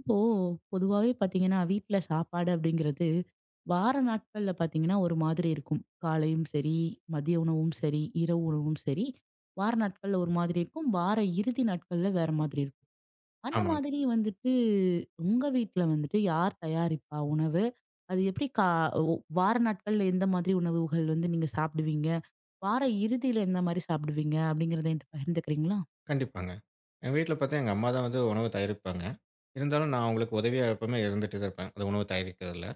இப்போ பொதுவாவே பாத்தீங்கன்னா, வீட்ல சாப்பாடு அப்படிங்கிறது வார நாட்கள்ல பாத்தீங்கன்னா, ஒரு மாதிரி இருக்கும். காலையும் சரி, மதிய உணவும் சரி, இரவு உணவும் சரி, வார நாட்கள்ல ஒரு மாதிரி இருக்கும். வார இறுதி நாட்கள்ல வேற மாதிரி இருக்கும். அந்த ஆமாங்க. மாதிரி வந்துட்டு உங்க வீட்ல வந்துட்டு யார் தயாரிப்பா உணவு? அது எப்படி கா ஒ வார நாட்கள்ல எந்த மாதிரி உணவுகள் வந்து நீங்க சாப்பிடுவீங்க? வார இறுதியில எந்த மாரி சாப்பிடுவீங்க? அப்படிங்கிறத என்ட்ட பகிர்ந்துக்கிறீங்களா? கண்டிப்பாங்க. எங்க வீட்ல பார்த்தா எங்க அம்மா தான் வந்து உணவு தயாரிப்பாங்க. இருந்தாலும் நான் அவங்களுக்கு உதவியா எப்பவுமே இருந்துட்டு தான் இருப்பேன். அந்த உணவு தயாரிக்கிறதுல.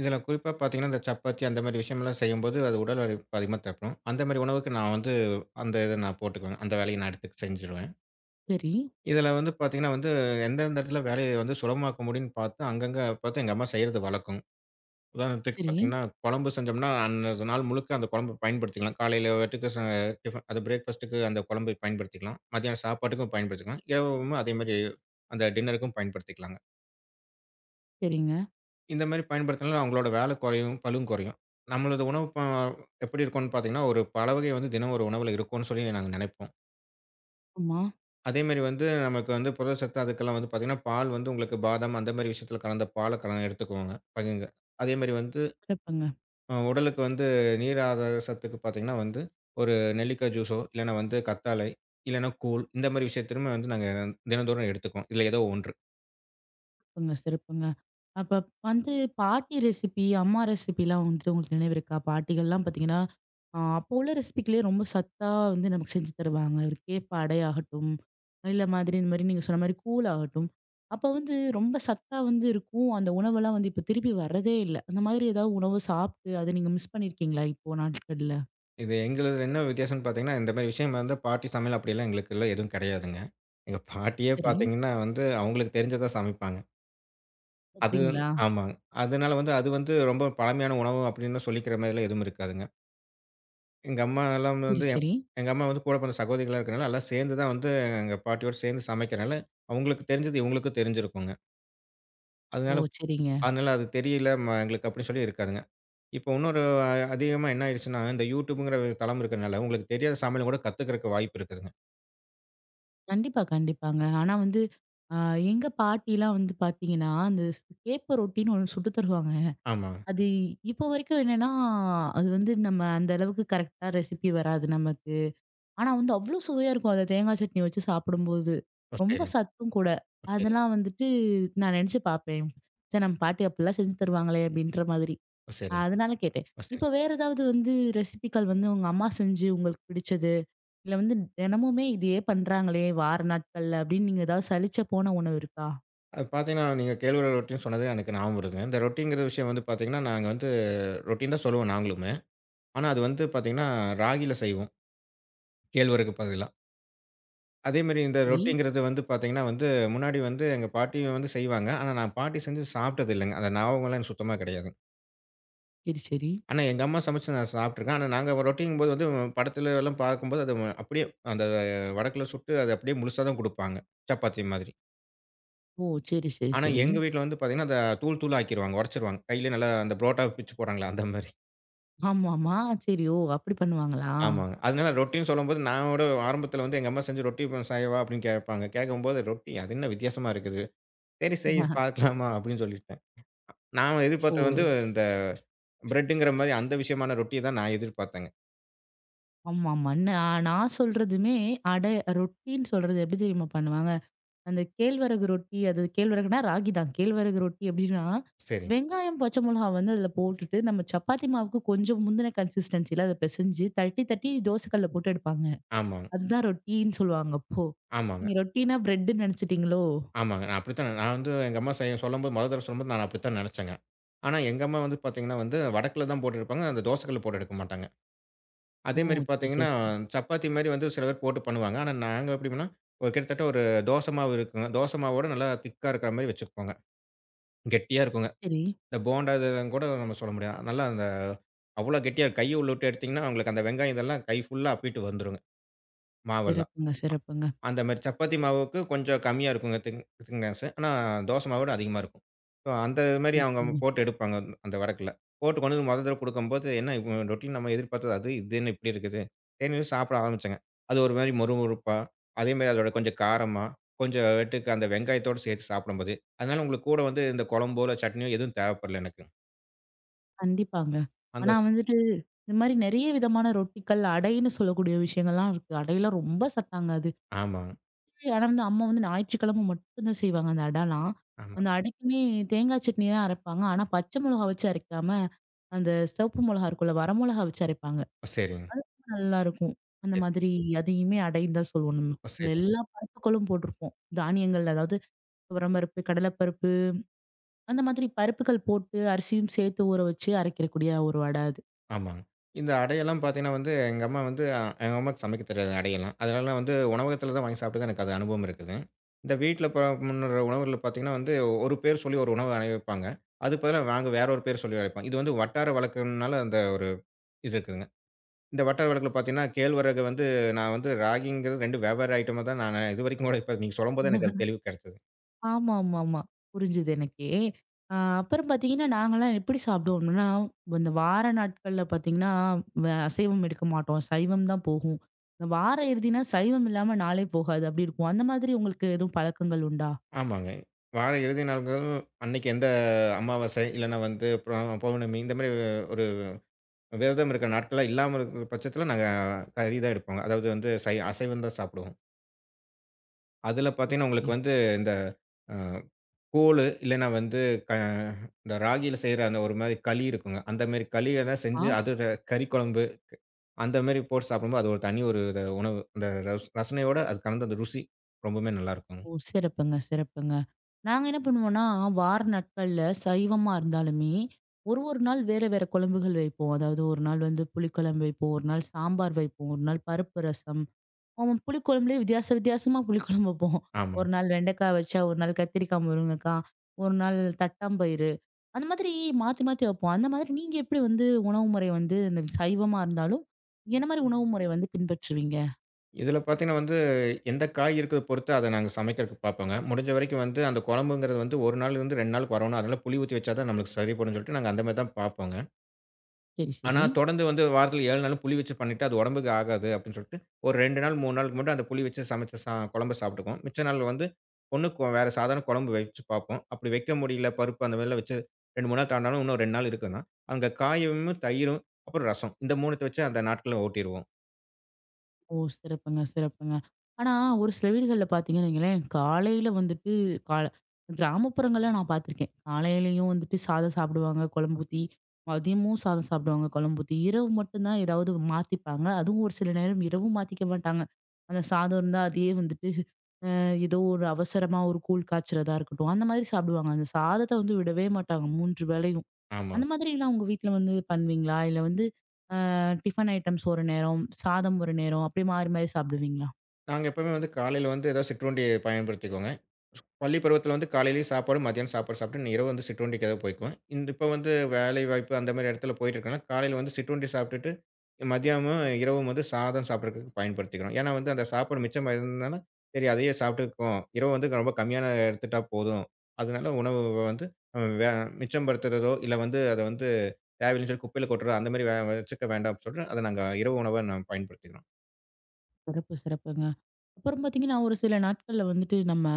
இதில குறிப்பா பார்த்தீங்கன்னா, இந்த சப்பாத்தி அந்த மாரி விஷயம்லாம் செய்யும்போது அது உடல் உழைப்பு அதிகமா தேவைப்படும். அந்த மாரி உணவுக்கு நான் வந்து அந்த இத நான் போட்டுக்குவேன். அந்த வேலைய நான் எடுத்து செஞ்சுருவேன். சரி, இதில வந்து பார்த்தீங்கன்னா வந்து எந்தெந்த இடத்துல வேலைய வந்து சுலபமாக்க முடியும்னு பார்த்து அங்கங்க பார்த்து எங்க அம்மா செய்றது வழக்கம். உதாரணத்துக்கு சரி, பார்த்தீங்கன்னா, குழம்பு செஞ்சோம்னா, அன்னைய நாள் முழுக்க அந்த குழம்பு பயன்படுத்திக்கலாம். காலையில வட்டுக்கு டிஃபன் அது பிரேக்ஃபாஸ்ட்டுக்கு அந்த குழம்பை பயன்படுத்திக்கலாம். மத்தியானம் சாப்பாட்டுக்கும் பயன்படுத்திக்கலாம். இரவும் அதேமாரி அந்த டின்னருக்கும் பயன்படுத்திக்கலாங்க. சரிங்க. இந்த மாரி பயன்படுத்தினாலும் அவங்களோட வேலை குறையும், பளுவும் குறையும். நம்மளது உணவு எப்படி இருக்கும்னு பார்த்தீங்கன்னா, ஒரு பல வகை வந்து தினம் ஒரு உணவுல இருக்கும்னு சொல்லி நாங்க நெனைப்போம். ஆமா. அதேமாரி வந்து நமக்கு வந்து புரதச்சத்து அதுக்கெல்லாம் வந்து பார்த்தீங்கன்னா, பால் வந்து உங்களுக்கு பாதாம் அந்த மாரி விஷயத்தில கலந்த பால கல எடுத்துக்குவோங்க. பகிங்க. அதேமாரி வந்து சிறப்புங்க. உடலுக்கு வந்து நீர் ஆதார சத்துக்கு பார்த்தீங்கன்னா வந்து, ஒரு நெல்லிக்காய் ஜூஸோ, இல்லன்னா வந்து கத்தாழை, இல்லன்னா கூழ் இந்த மாரி விஷயத்திலுமே வந்து நாங்க தினந்தோறும் எடுத்துக்குவோம். இதுல ஏதோ ஒன்று. சிறப்புங்க, சிறப்புங்க. அப்ப வந்து பாட்டி ரெசிபி, அம்மா ரெசிபிலாம் வந்துட்டு உங்களுக்கு நினைவு இருக்கா? பாட்டிகள்லாம் பார்த்தீங்கன்னா, அப்போ உள்ள ரெசிபிக்குலயே ரொம்ப சத்தா வந்து நமக்கு செஞ்சு தருவாங்க. ஒரு கேப்ப அடையாகட்டும், இல்ல மாதிரி இந்த மாரி நீங்க சொன்ன மாரி கூழ் ஆகட்டும். அப்ப வந்து ரொம்ப சத்தா வந்து இருக்கும். அந்த உணவெல்லாம் வந்து இப்ப திருப்பி வர்றதே இல்ல. அந்த மாதிரி ஏதாவது உணவு சாப்பிட்டு அத நீங்க மிஸ் பண்ணியிருக்கீங்களா? இப்போ நாட்கள்ல? இது எங்களது என்ன வித்தியாசம்னு பார்த்தீங்கன்னா, இந்த மாரி விஷயம் வந்து பாட்டி சமையல் அப்படியெல்லாம் எங்களுக்குள்ள எதுவும் கிடையாதுங்க. எங்க பாட்டியே சரி. பார்த்தீங்கன்னா வந்து, அவங்களுக்கு தெரிஞ்சத சமைப்பாங்க. அது அப்படிங்களா? ஆமாங்க. அதனால வந்து அது வந்து ரொம்ப பழமையான உணவு அப்படின்னு சொல்லிக்கிற மாரிலாம் எதுவும் இருக்காதுங்க. எங்க அம்மா எல்லாம் சரி, வந்து சரி. எங்க அம்மா வந்து கூட பிறந்த சகோதரிகளா இருக்கிறனால, எல்லாம் சேர்ந்து தான் வந்து எங்க பாட்டியோட சேர்ந்து சமைக்கிறனால, அவங்களுக்கு தெரிஞ்சது இவங்களுக்கும் தெரிஞ்சிருக்குங்க. அதனால ஓ, சரிங்க. அதனால அது தெரியல எங்களுக்கு அப்படின்னு சொல்லி இருக்காதுங்க. இப்போ இன்னொரு அதிகமா என்ன ஆயிடுச்சுன்னா, இந்த YouTubeங்கிற தளம் இருக்கிறனால, உங்களுக்கு தெரியாத சமையல கூட கத்துக்கிறதுக்கு வாய்ப்பு இருக்குதுங்க. கண்டிப்பா, கண்டிப்பாங்க. ஆனா வந்து அ எங்க பாட்டிலாம் வந்து பாத்தீங்கன்னா, அந்த கேப்ப ரொட்டின்னு ஒண்ணு சுட்டு தருவாங்க. ஆமாங்க. அது இப்போ வரைக்கும் என்னன்னா, அது வந்து நம்ம அந்த அளவுக்கு கரெக்ட்டா ரெசிபி வராது நமக்கு. ஆனா வந்து அவ்ளோ சுவையா இருக்கும். அத தேங்காய் சட்னி வச்சு சாப்பிடும்போது. ஓ! ரொம்ப சரிங்க. சத்தும் கூட. ஓ! சரிங்க. அதெல்லாம் வந்துட்டு நான் நெனச்சு பாப்பேன். ச்சே, நம்ம பாட்டி அப்படிலாம் செஞ்சு தருவாங்களே அப்படின்ற மாதிரி. ஓ! சரிங்க. அதனால கேட்டேன். ஓ! இப்ப சரிங்க. வேற ஏதாவது வந்து ரெசிபிக்கள் வந்து உங்க அம்மா செஞ்சு உங்களுக்கு பிடிச்சது? இல்ல வந்து தினமுமே இதையே பண்றாங்களே வார நாட்கள்ல அப்படின்னு நீங்க ஏதாவது சலிச்ச போன உணவு இருக்கா? அது பார்த்தீங்கன்னா, நீங்க கேழ்வரகு ரொட்டின்னு சொன்னது எனக்கு ஞாபகம் வருதுங்க. இந்த ரொட்டிங்கிற விஷயம் வந்து பார்த்தீங்கன்னா, நாங்க வந்து ரொட்டின்னு தான் சொல்லுவோம் நாங்களுமே. ஆனா அது வந்து பார்த்தீங்கன்னா, ராகியில செய்வோம். கேழ்வரகு பதிலா. அதே மாரி இந்த சரி. ரொட்டிங்கிறது வந்து பார்த்தீங்கன்னா வந்து, முன்னாடி வந்து எங்க பாட்டியும் வந்து செய்வாங்க. ஆனா நான் பாட்டி செஞ்சு சாப்பிட்டது இல்லங்க. அந்த ஞாபகம்லாம் எனக்கு சுத்தமா கிடையாது. சரி, சரி. ஆனா எங்க அம்மா சமைச்சு நான் சாப்பிட்டுருக்கேன். ஆனா நாங்க ரொட்டிங்கும்போது வந்து படத்துல எல்லாம் பார்க்கும்போது அது அப்படியே அந்த வடக்குல சுட்டு அது அப்படியே முழுசா தான் குடுப்பாங்க. சப்பாத்தி மாதிரி. ஓ, சரி, சரி, ஆனா சரி. எங்க வீட்ல வந்து பார்த்தீங்கன்னா, அத தூள் தூளா ஆக்கிருவாங்க. உடைச்சிருவாங்க. கையிலேயே நல்லா அந்த புரோட்டா பிச்சு போடுறாங்களே அந்த மாரி. ஆமாமா. சரி. ஓ, அப்படி பண்ணுவாங்களா? ஆமாங்க. அதனால ரொட்டின்னு சொல்லும்போது நானோட ஆரம்பத்துல வந்து எங்க அம்மா செஞ்சு ரொட்டி செய்யவா அப்படின்னு கேட்பாங்க. கேட்கும்போது ரொட்டி அது என்ன வித்தியாசமா இருக்குது. சரி செய் ஆஹ், பார்க்கலாமா அப்படின்னு சொல்லிட்டு நான் எதிர்பார்த்தது வந்து ஓ! இந்த பிரெட்டுங்கிற மாரி அந்த விஷயமான ரொட்டிய தான் நான் எதிர்பார்த்தேங்க. ஆமாமா. நான் சொல்றதுமே அடை ரொட்டின்னு சொல்றது எப்படி தெரியுமா பண்ணுவாங்க? அந்த கேழ்வரகு ரொட்டி அது கேழ்வரகுனா ராகி தான். கேழ்வரகு ரொட்டி எப்படின்னா, சரி. வெங்காயம், பச்சை மிளகா வந்து அதில போட்டுட்டு, நம்ம சப்பாத்தி மாவுக்கு கொஞ்சம் முந்தின கன்சிஸ்டன்சில அத பெசஞ்சு தட்டி, தட்டி தோசைக்கல்ல போட்டு எடுப்பாங்க. ஆமாங்க, அதுதான் ரொட்டின்னு சொல்லுவாங்க அப்போ. ஆமாங்க, நீங்க ரொட்டினா பிரெட்ன்னு நினைச்சிட்டீங்களோ? ஆமாங்க. நான் அப்படித்தான் வந்து எங்க அம்மா செய்ய சொல்லும்போது மொத தடவ சொல்லும்போது நான் அப்படித்தான் நெனச்சேங்க. ஆனா எங்க அம்மா வந்து பார்த்தீங்கன்னா வந்து வடக்குல தான் போட்டுருப்பாங்க. அந்த தோசை கல்ல போட்டு எடுக்க மாட்டாங்க. ஓ, அதே மாரி சரி, பார்த்தீங்கன்னா, சரி, சரி. சப்பாத்தி மாரி வந்து சில பேர் போட்டு பண்ணுவாங்க. ஆனா நாங்க எப்படின்னா, ஒரு கிட்டத்தட்ட ஒரு தோசை மாவு இருக்குங்க. தோசை மாவோட நல்லா திக்கா இருக்கிற மாரி வச்சுக்குவோங்க. கெட்டியா இருக்குங்க. சரி. இந்த போண்டா இதெல்லாம் கூட நம்ம சொல்ல முடியாது. நல்லா அந்த அவ்வளோ கெட்டியா இருக்கும். கைய உள்ள விட்டு எடுத்தீங்கன்னா, உங்களுக்கு அந்த வெங்காயம் இதெல்லாம் கை ஃபுல்லா அப்பிட்டு வந்துருங்க, மாவெல்லாம். சிறப்புங்க, சிறப்புங்க, அந்த மாரி சப்பாத்தி மாவுக்கு கொஞ்சம் கம்மியா இருக்குங்க திக்னெஸ். ஆனா தோசை மாவோட அதிகமா இருக்கும். ஸோ அந்த மாரி அவங்க சிறப்புங்க. போட்டு எடுப்பாங்க அந்த வடக்குல. போட்டு கொண்டு வந்து முதல் தடவ குடுக்கும்போது என்ன ரொட்டின் நம்ம எதிர்பார்த்தது அது, இது என்ன இப்படி இருக்குது? சரின்னு சாப்பிட ஆரம்பிச்சேங்க. அது ஒரு மாரி மொறுமொறுப்பா, அதே மாரி அதோட கொஞ்சம் காரமா, கொஞ்சம் வெட்டுக்கு அந்த வெங்காயத்தோட சேர்த்து சாப்பிடும்போது, அதனால உங்களுக்கு கூட வந்து இந்த குழம்போ, இல்ல சட்னியோ எதுவும் தேவைப்படல எனக்கு. கண்டிப்பாங்க. அந்த ஆனா வந்துட்டு, இந்த மாரி நெறைய விதமான ரொட்டிகள், அடைன்னு சொல்லக்கூடிய விஷயங்கள்லாம் இருக்கு. அடையெல்லாம் ரொம்ப சத்தாங்க அது. ஆமாங்க. ஆனா வந்து அம்மா வந்து ஞாயிற்றுக்கிழமை மட்டும் தான் செய்வாங்க அந்த அடலாம். ஆமா. அந்த அடைக்குமே தேங்காய் சட்னி தான் அரைப்பாங்க. ஆனா பச்சை மிளகா வச்சு அரைக்காம, அந்த சிவப்பு மிளகா இருக்குல்ல, வர மிளகா வச்சு அரைப்பாங்க. ஓ! சரிங்க. நல்லாருக்கும். அந்த சரி. மாதிரி அதையுமே அடைன்னு தான் சொல்லுவோம் நம்ம. ஓ! அதுல சரிங்க. எல்லா பருப்புகளும் போட்டிருப்போம். தானியங்கள் அதாவது துவரம் பருப்பு, கடலைப்பருப்பு அந்த மாதிரி பருப்புகள் போட்டு அரிசியும் சேர்த்து ஊற வச்சு அரைக்கக்கூடிய ஒரு வடை அது. ஆமாங்க. இந்த அடையெல்லாம் பார்த்தீங்கன்னா வந்து, எங்க அம்மா வந்து எங்க அம்மாக்கு சமைக்க தெரியாது அடையெல்லாம். அதனால வந்து உணவகத்தில தான் வாங்கி சாப்பிட்டு தான் எனக்கு அது அனுபவம் இருக்குது. இந்த வீட்ல முன்னுற உணவுகள்ல பார்த்தீங்கன்னா வந்து, ஒரு பேர் சொல்லி ஒரு உணவு அடைய வைப்பாங்க. அதுக்கு பதிலா நாங்க வேற ஒரு பேர் சொல்லி அழைப்போம். இது வந்து வட்டார வழக்குனால அந்த ஒரு இது இருக்குதுங்க. இந்த வட்டார வழக்குல பார்த்தீங்கன்னா, கேழ்வரகு வந்து நான் வந்து ராகிங்கிறது 2 வெவ்வேறு ஐட்டமா தான் நான் இதுவரைக்கும் கூட இப்ப நீங்க சொல்லும்போது எனக்கு அது தெளிவு கிடைச்சது. ஆமாமாமா. புரிஞ்சுது எனக்கே. அ அப்புறம் பார்த்தீங்கன்னா, நாங்கலாம் எப்படி சாப்பிடுவோம்னா, இந்த வார நாட்கள்ல பார்த்தீங்கன்னா, அசைவம் எடுக்க மாட்டோம். சைவம் தான் போகும். இந்த வார இறுதினா சைவம் இல்லாம நாளே போகாது. அப்படி இருக்கும். அந்த மாதிரி உங்களுக்கு எதுவும் பழக்கங்கள் உண்டா? ஆமாங்க. வார இறுதி நாள்கள் அன்னைக்கு எந்த அமாவாசை, இல்லன்னா வந்து அப்புறம் பௌர்ணமி இந்த மாரி ஒரு விரதம் இருக்கிற நாட்கள்லாம் இல்லாம இருக்கிற பட்சத்தில நாங்க கறி தான் எடுப்போங்க. அதாவது வந்து அசைவம் தான் சாப்பிடுவோம். அதில பார்த்தீங்கன்னா, சரி. உங்களுக்கு வந்து இந்த அ கூழு இல்லன்னா வந்து க இந்த ராகியில செய்ற அந்த ஒரு மாரி களி இருக்குங்க. அந்த மாரி களியெல்லாம் ஆ. செஞ்சு அதோட கறி குழம்பு அந்த மாரி போட்டு சாப்பிடும்போது, அது ஒரு தனி ஒரு இத உணவு. அந்த ரசனையோட அது கலந்த அந்த ருசி ரொம்பவுமே நல்லாருக்கும். ஓ, சிறப்புங்க, சிறப்புங்க. நாங்க என்ன பண்ணுவோம்னா, வார நாட்கள்ல சைவமா இருந்தாலுமே, ஒரு ஒரு நாள் வேற வேற குழம்புகள் வைப்போம். அதாவது ஒரு நாள் வந்து புளிக்குழம்பு வைப்போம், ஒரு நாள் சாம்பார் வைப்போம், ஒரு நாள் பருப்பு ரசம். அவன் புளிக்குழம்புலயே வித்தியாச வித்தியாசமா புளிக்குழம்பு வைப்போம். ஆமா. ஒரு நாள் வெண்டைக்காய் வச்சா, ஒரு நாள் கத்திரிக்காய், முருங்கக்காய், ஒரு நாள் தட்டாம்பயிறு. அந்த மாதிரி மாத்தி மாத்தி வைப்போம். அந்த மாதிரி நீங்க எப்படி வந்து உணவு முறை வந்து இந்த சைவமா இருந்தாலும், என்ன மாரி உணவு முறை வந்து பின்பற்றுவீங்க? இதில பார்த்தீங்கன்னா வந்து, எந்த காய் இருக்குத பொறுத்து அத நாங்க சமைக்கிறதுக்கு பார்ப்போங்க. முடிஞ்ச வரைக்கும் வந்து அந்த குழம்புங்கிறது வந்து 1 நாள்லருந்து 2 நாளுக்கு வரணும். அதனால புளி ஊத்தி வச்சா தான் நம்மளுக்கு சரிப்படும்னு சொல்லிட்டு நாங்க அந்த மாரி தான் பார்ப்போங்க. சரி, ஆனா சரி. தொடர்ந்து வந்து வாரத்துல 7 நாளும் புளி வச்சு பண்ணிட்டா அது உடம்புக்கு ஆகாது அப்படின்னு சொல்லிட்டு, ஒரு 2 நாள் 3 நாளுக்கு மட்டும் அந்த புளி வச்சு சமைச்ச குழம்ப சாப்பிட்டுக்குவோம். மிச்ச நாள் வந்து ஒண்ணு வேற சாதாரண குழம்பு வச்சு பார்ப்போம். அப்படி வைக்க முடியல பருப்பு அந்த மாரிலாம் வச்சு 2, 3 நாள் தாண்டாலும் இன்னும் 2 நாள் இருக்குன்னா, அங்க காயும், தயிரும், அப்புறம் ரசம். இந்த 3த்த வச்சு அந்த நாட்கள ஓட்டிருவோம். ஓ, சிறப்புங்க, சிறப்புங்க. ஆனா, ஒரு சில வீடுகள்ல பார்த்தீங்கன்னு வைங்களேன், காலையில வந்துட்டு கால கிராமப்புறங்கள்ல நான் பார்த்துருக்கேன். காலையிலயும் வந்துட்டு சாதம் சாப்பிடுவாங்க, குழம்பு ஊத்தி. மதியமும் சாதம் சாப்பிடுவாங்க, குழம்பு ஊத்தி. இரவு மட்டும் தான் ஏதாவது மாத்திப்பாங்க. அதுவும் ஒரு சில நேரம் இரவும் மாத்திக்க மாட்டாங்க. அந்த சாதம் இருந்தா அதையே வந்துட்டு ஏதோ ஒரு அவசரமா ஒரு கூழ் காய்ச்சறதா இருக்கட்டும், அந்த மாதிரி சாப்பிடுவாங்க. அந்த சாதத்த வந்து விடவே மாட்டாங்க 3 வேளையும். ஆமா. அந்த மாதிரிலாம் உங்க வீட்ல வந்து பண்ணுவீங்களா? இல்ல வந்து டிஃபன் ஐட்டம்ஸ் ஒரு நேரம், சாதம் ஒரு நேரம், அப்படியே மாறி மாறி சாப்பிடுவீங்களா? நாங்க எப்பவுமே வந்து காலையில வந்து ஏதாவது சிற்றுண்டிய பயன்படுத்திக்குவோங்க. பள்ளி பருவத்தில வந்து காலையிலேயும் சாப்பாடு, மதியானம் சாப்பாடு சாப்பிட்டு நான் இரவு வந்து சிற்றுண்டிக்கு ஏதாவது போய்க்குவேன். இந்த இப்ப வந்து வேலை வாய்ப்பு அந்த மாரி இடத்துல போயிட்டு இருக்கனால, காலையில வந்து சிற்றுண்டி சாப்பிட்டுட்டு, மதியமும் இரவும் வந்து சாதம் சாப்பிடுறதுக்கு பயன்படுத்திக்கிறோம். ஏன்னா வந்து அந்த சாப்பாடு மிச்சம் இருந்ததுனால, சரி அதையே சாப்பிட்டுக்குவோம். இரவு வந்து ரொம்ப கம்மியான எடுத்துட்டா போதும். அதனால உணவு வந்து வே மிச்சப்படுத்துறதோ, இல்ல வந்து அத வந்து தேவையில்லன்னு சொல்லி குப்பையில கொட்டுறதோ அந்த மாரி வச்சுக்க வேண்டாம்னு சொல்லிட்டு, அத நாங்க இரவு உணவா நாங்க பயன்படுத்திக்கிறோம். சிறப்பு, சிறப்புங்க. அப்புறம் பார்த்தீங்கன்னா, ஒரு சில நாட்கள்ல வந்துட்டு நம்ம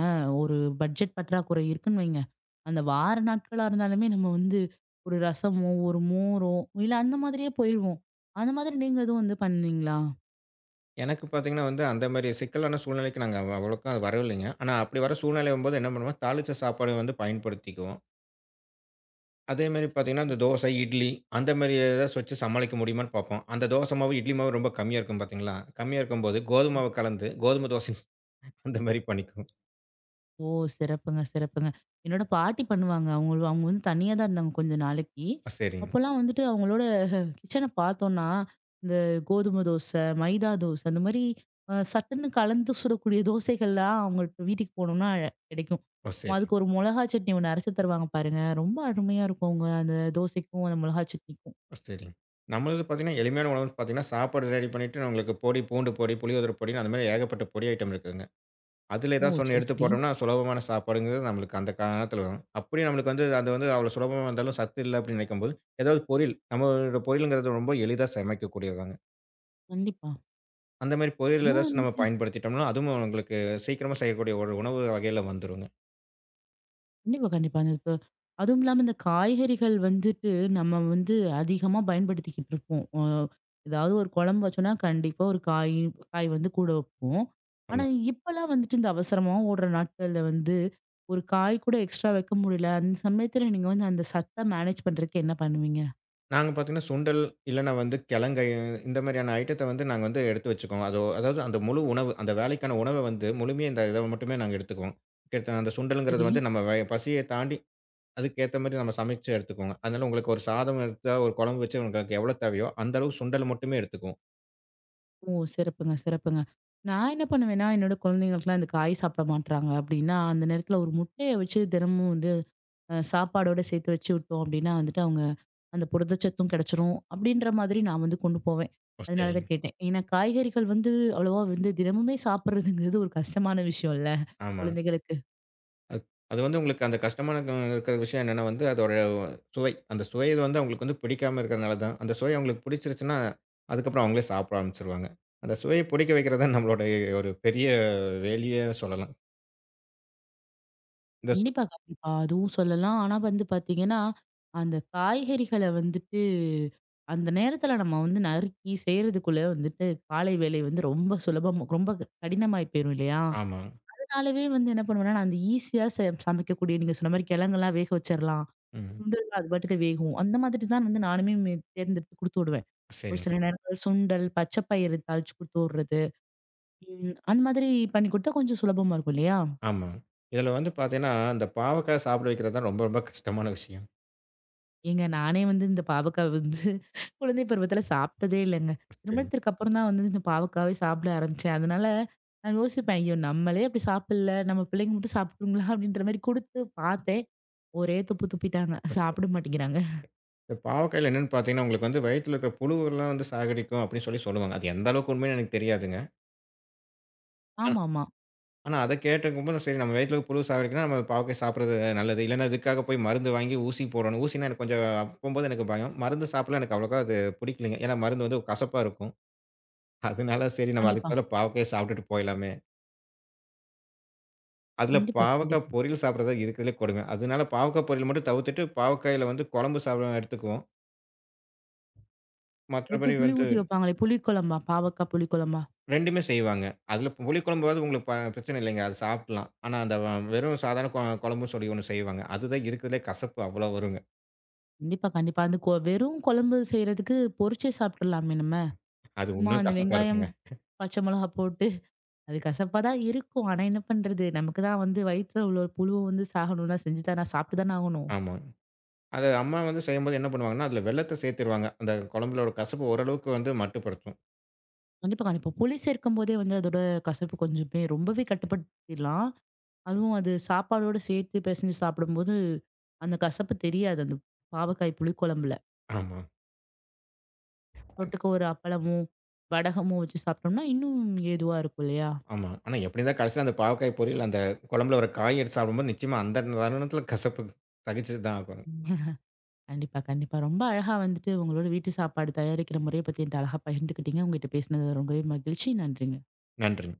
ஒரு பட்ஜெட் பற்றாக்குறை இருக்குன்னு வைங்க. அந்த வார நாட்களா இருந்தாலுமே நம்ம வந்து ஒரு ரசமோ, ஒரு மோரோ, இல்ல அந்த மாதிரியே போயிருவோம். அந்த மாதிரி நீங்க எதுவும் வந்து பண்ணீங்களா? எனக்கு பார்த்தீங்கன்னா வந்து, அந்த மாரி சிக்கலான சூழ்நிலைக்கு நாங்க அவ்வளோக்கா வரவில்லைங்க. ஆனா அப்படி வர சூழ்நிலையும்போது என்ன பண்ணுவோம், தாளிச்ச சாப்பாடு வந்து பயன்படுத்திக்குவோம். அதே மாரி பார்த்தீங்கன்னா, இந்த தோசை, இட்லி அந்த மாரி ஏதாச்சு வச்சு சமாளிக்க முடியுமான்னு பார்ப்போம். அந்த தோசை மாவு, இட்லி மாவு ரொம்ப கம்மியா இருக்கும் பார்த்தீங்களா? கம்மியா இருக்கும்போது கோதும மாவு கலந்து, கோதுமை தோசை அந்த மாரி பண்ணிக்குவோம். ஓ, சிறப்புங்க, சிறப்புங்க. என்னோட பாட்டி பண்ணுவாங்க. அவங்க அவங்க வந்து தனியா தான் இருந்தாங்க கொஞ்ச நாளைக்கு. ஓ! சரிங்க. அப்போலாம் வந்துட்டு அவங்களோட கிச்சன பார்த்தோம்னா, இந்த கோதுமை தோசை, மைதா தோசை அந்த மாரி சட்டுன்னு கலந்து சுடக்கூடிய தோசைகள்லாம் அவங்க வீட்டுக்கு போனோம்னா கிடைக்கும். ஓ! சரிங்க. அதுக்கு ஒரு மொளகா சட்னி ஒண்ணு அரைச்சு தருவாங்க பாருங்க. ரொம்ப அருமையா இருக்கும். அவங்க அந்த தோசைக்கும் அந்த மொளகா சட்னிக்கும். ஓ! சரிங்க. நம்மளது பார்த்தீங்கன்னா, எளிமையான உணவுன்னு பார்த்தீங்கன்னா, சாப்பாடு ரெடி பண்ணிட்டு, உங்களுக்கு பொடி, பூண்டு பொடி, புளியோதரை பொடின்னு அந்த மாரி ஏகப்பட்ட பொடி ஐட்டம் இருக்குங்க. அதில ஓ, ஏதாச்சு ஒண்ணு சரி, எடுத்து சரி. போட்டோம்னா, சுலபமான சாப்பாடுங்கிறது நம்மளுக்கு அந்த காலத்துல வரும். அப்படியும் நம்மளுக்கு வந்து அது வந்து அவ்வளோ சுலபமா வந்தாலும் சத்து இல்ல அப்படின்னு நினைக்கும்போது, ஏதாவது பொரியல் நம்மளோட பொரியலுங்கிறது ரொம்ப எளிதா சமைக்கக்கூடியதுதாங்க. கண்டிப்பா. அந்த மாரி பொரியல் அதுவும் ஏதாச்சும் நம்ம வந்துட்டு பயன்படுத்திட்டோம்னா, அதுவும் உங்களுக்கு சீக்கிரமா செய்யக்கூடிய ஒரு உணவு வகையில வந்துருங்க. கண்டிப்பா, கண்டிப்பா. அந்த இப்ப அதுவும் இல்லாம இந்த காய்கறிகள் வந்துட்டு நம்ம வந்து அதிகமா பயன்படுத்திக்கிட்டு இருப்போம். ஏதாவது ஒரு குழம்பு வச்சோம்னா, கண்டிப்பா ஒரு காய் காய் வந்து கூட வைப்போம். ஆனா, ஆமா. இப்பலாம் வந்துட்டு இந்த அவசரமா ஓடுற நாட்கள்ல வந்து, ஒரு காய் கூட எக்ஸ்ட்ரா வைக்க முடியல. அந்த சமயத்துல நீங்க வந்து அந்த சத்த மேனேஜ் பண்றதுக்கு என்ன பண்ணுவீங்க? நாங்க பார்த்தீங்கன்னா, சுண்டல் இல்லன்னா வந்து கிழங்கு இந்த மாரியான ஐட்டத்த வந்து நாங்க வந்து எடுத்து வச்சுக்குவோம். அது அதாவது அந்த முழு உணவு அந்த வேலைக்கான உணவ வந்து முழுமையா இந்த இத மட்டுமே நாங்க எடுத்துக்குவோம். கிட்டத்தட்ட அந்த சுண்டல்ங்கிறது சரி. வந்து நம்ம வய பசிய தாண்டி அதுக்கேத்த மாரி நம்ம சமைச்சு எடுத்துக்கோங்க. அதனால உங்களுக்கு ஒரு சாதம் எடுத்தா, ஒரு குழம்பு வச்சு உங்களுக்கு எவ்வளோ தேவையோ, அந்த அளவு சுண்டல் மட்டுமே எடுத்துக்குவோம். ஓ, சிறப்புங்க, சிறப்புங்க. நான் என்ன பண்ணுவேன்னா, என்னோட குழந்தைங்களுக்குலாம் இந்த காய் சாப்பிட மாட்றாங்க அப்படின்னா, அந்த நேரத்துல ஒரு முட்டைய வச்சு தினமும் வந்து சாப்பாடோட சேர்த்து வச்சு விட்டோம் அப்படின்னா வந்துட்டு அவங்க அந்த புரதச்சத்தும் கிடைச்சிரும். அப்படின்ற மாதிரி நான் வந்து கொண்டு போவேன். ஓ! அதனால சரிங்க. தான் கேட்டேன். ஏன்னா காய்கறிகள் வந்து அவ்வளவா வந்து தினமுமே சாப்பிடுறதுங்கிறது ஒரு கஷ்டமான விஷயம்ல ஆமாங்க. குழந்தைகளுக்கு. அது அது வந்து உங்களுக்கு அந்த கஷ்டமான இருக்கிற விஷயம் என்னன்னா வந்து, அதோட சுவை. அந்த சுவை இது வந்து அவங்களுக்கு வந்து பிடிக்காம இருக்கிறனால தான். அந்த சுவை அவங்களுக்கு பிடிச்சிருச்சுன்னா, அதுக்கப்புறம் அவங்களே சாப்பிட ஆரம்பிச்சுருவாங்க. அந்த சுவைய பிடிக்க வைக்கிறது தான் நம்மளோட ஒரு பெரிய வேலையே சொல்லலாம். இந்த சு கண்டிப்பா, கண்டிப்பா. அதுவும் சொல்லலாம். ஆனா வந்து பார்த்தீங்கன்னா, அந்த காய்கறிகள வந்துட்டு அந்த நேரத்தில நம்ம வந்து நறுக்கி செய்றதுக்குள்ள வந்துட்டு காலை வேலை வந்து ரொம்ப சுலபம் ரொம்ப கடினமாயி போயிரும் இல்லையா? ஆமாங்க. அதனாலவே வந்து என்ன பண்ணுவேன்னா, நான் அந்த ஈஸியா ச சமைக்கக்கூடிய நீங்க சொன்ன மாரி கிழங்கெல்லாம் வேக வச்சிரலாம். ம். சுண்டல்லாம் அது பாட்டுக்கு வேகும். அந்த மாதிரி தான் வந்து நானுமே தேர்ந்தெடுத்து குடுத்து விடுவேன். ஒரு சரிங்க. சில நேரங்கள் சுண்டல், பச்சை பயிறு தாளிச்சு குடுத்து விடுறது. ம். அந்த மாதிரி பண்ணி குடுத்தா கொஞ்சம் சுலபமா இருக்கும் இல்லையா? ஆமாங்க. இதில வந்து பார்த்தீங்கன்னா, இந்த பாவக்காய் சாப்பிட வைக்கிறது தான் ரொம்ப ரொம்ப கஷ்டமான விஷயம். ஏங்க நானே வந்து இந்த பாவக்காய் வந்து குழந்தை பருவத்தில சாப்பிட்டதே இல்லங்க. சரிங்க. திருமணத்திற்கு அப்புறம் தான் வந்து இந்த பாவக்காவே சாப்பிட ஆரம்பிச்சேன். அதனால நான் யோசிப்பேன், ஐயோ, நம்மளே அப்படி சாப்பிடல. நம்ம பிள்ளைங்க மட்டும் சாப்பிட்டுருங்களா? அப்படின்ற மாரி குடுத்து பார்த்தேன். ஒரே துப்பு துப்பிட்டாங்க. சாப்பிட மாட்டேங்கிறாங்க. இந்த பாவக்காயில என்னன்னு பார்த்தீங்கன்னா, உங்களுக்கு வந்து வயித்துல இருக்கிற புழுவெல்லாம் வந்து சாகடிக்கும் அப்படின்னு சொல்லி சொல்லுவாங்க. அது எந்த அளவுக்கு உண்மைன்னு எனக்கு தெரியாதுங்க. ஆனா ஆமாமா. ஆனா அத கேட்டுக்கும்போது சரி நம்ம வயித்துல புழு சாகடிக்கும்னா நம்ம பாவக்காய் சாப்பிடுறது நல்லது. இல்லன்னா இதுக்காக போய் மருந்து வாங்கி ஊசி போடணும். ஊசினா எனக்கு கொஞ்சம் அப்பம்போது எனக்கு பயம். மருந்து சாப்பிடலாம் எனக்கு அவ்வளோக்கா அது பிடிக்கலங்க. ஏன்னா மருந்து வந்து கசப்பா இருக்கும். அதனால சரி நம்ம கண்டிப்பா. அதுக்கு பதிலா பாவக்காய சாப்பிட்டுட்டு போயிடலாமே. அதுல கண்டிப்பா, பாவக்காய் கண்டிப்பா. பொரியல் சாப்பிடுறது தான் இருக்கிறதுலே கொடுமை. அதனால பாவக்காய் பொரியல் மட்டும் தவிர்த்துட்டு பாவக்காயில வந்து குழம்பு சாப்பிட எடுத்துக்குவோம். எப்படி மற்றபடி புளி வந்து ஊத்தி வைப்பாங்களே, புளிக்குழம்பா? பாவக்காய் புளிக்குழம்பா? 2மே செய்வாங்க. அதுல புளிக்குழம்பாவது உங்களுக்கு பிரச்சனை இல்லைங்க. அது சாப்பிடலாம். ஆனா, அந்த வெறும் சாதாரண குழம்புன்னு சொல்லி ஒண்ணு செய்வாங்க. அதுதான் இருக்கிறதுலே கசப்பு அவ்வளோ வருங்க. கண்டிப்பா, கண்டிப்பா. அந்த வெறும் குழம்பு செய்றதுக்கு பொரிச்சே சாப்ட்டுறலாமே நம்ம. அது சும்மா இன்னும் அந்த கசப்பா வெங்காயம், இருக்குங்க. பச்சை மிளகா போட்டு அது கசப்பா தான் இருக்கும். ஆனா என்ன பண்றது? நமக்கு தான் வந்து வயித்துல உள்ள புழுவ வந்து சாகணும்னா செஞ்சு தான சாப்ட்டு தானே ஆகணும். ஆமாங்க. அது அம்மா வந்து செய்யும்போது என்ன பண்ணுவாங்கன்னா, அதுல வெல்லத்த சேர்த்துருவாங்க. அந்த குழம்புலோட கசப்பு ஓரளவுக்கு வந்து மட்டுப்படுத்தும். கண்டிப்பா, கண்டிப்பா. புளி சேர்க்கும்போதே வந்து அதோட கசப்பு கொஞ்சமே ரொம்பவே கட்டுப்படுத்திடலாம். அதுவும் அது சாப்பாடோட சேர்த்து பெசஞ்சு சாப்பிடும்போது, அந்த கசப்பு தெரியாது. அந்த பாவக்காய் புளி குழம்புல. ஆமா, தொட்டுக்க ஒரு அப்பளமோ, வடகமோ வச்சு சாப்ட்டோம்னா இன்னும் ஏதுவா இருக்கும் இல்லையா? ஆமா. ஆனா, எப்படி இருந்தாலும் கடைசியில அந்த பாவக்காய் பொரியல் அந்த குழம்புல ஒரு காய் எடுத்து சாப்பிடும்போது நிச்சயமா அந்த தருணத்தில கசப்பு சகிச்சு தான் ஆகணும். கண்டிப்பா, கண்டிப்பா. ரொம்ப அழகா வந்துட்டு உங்களோட வீட்டு சாப்பாடு தயாரிக்கிற முறைய பத்தி என்ட்ட அழகா பகிர்ந்துக்கிட்டீங்க. உங்ககிட்ட பேசினது ரொம்பவே மகிழ்ச்சி. நன்றிங்க. நன்றிங்க.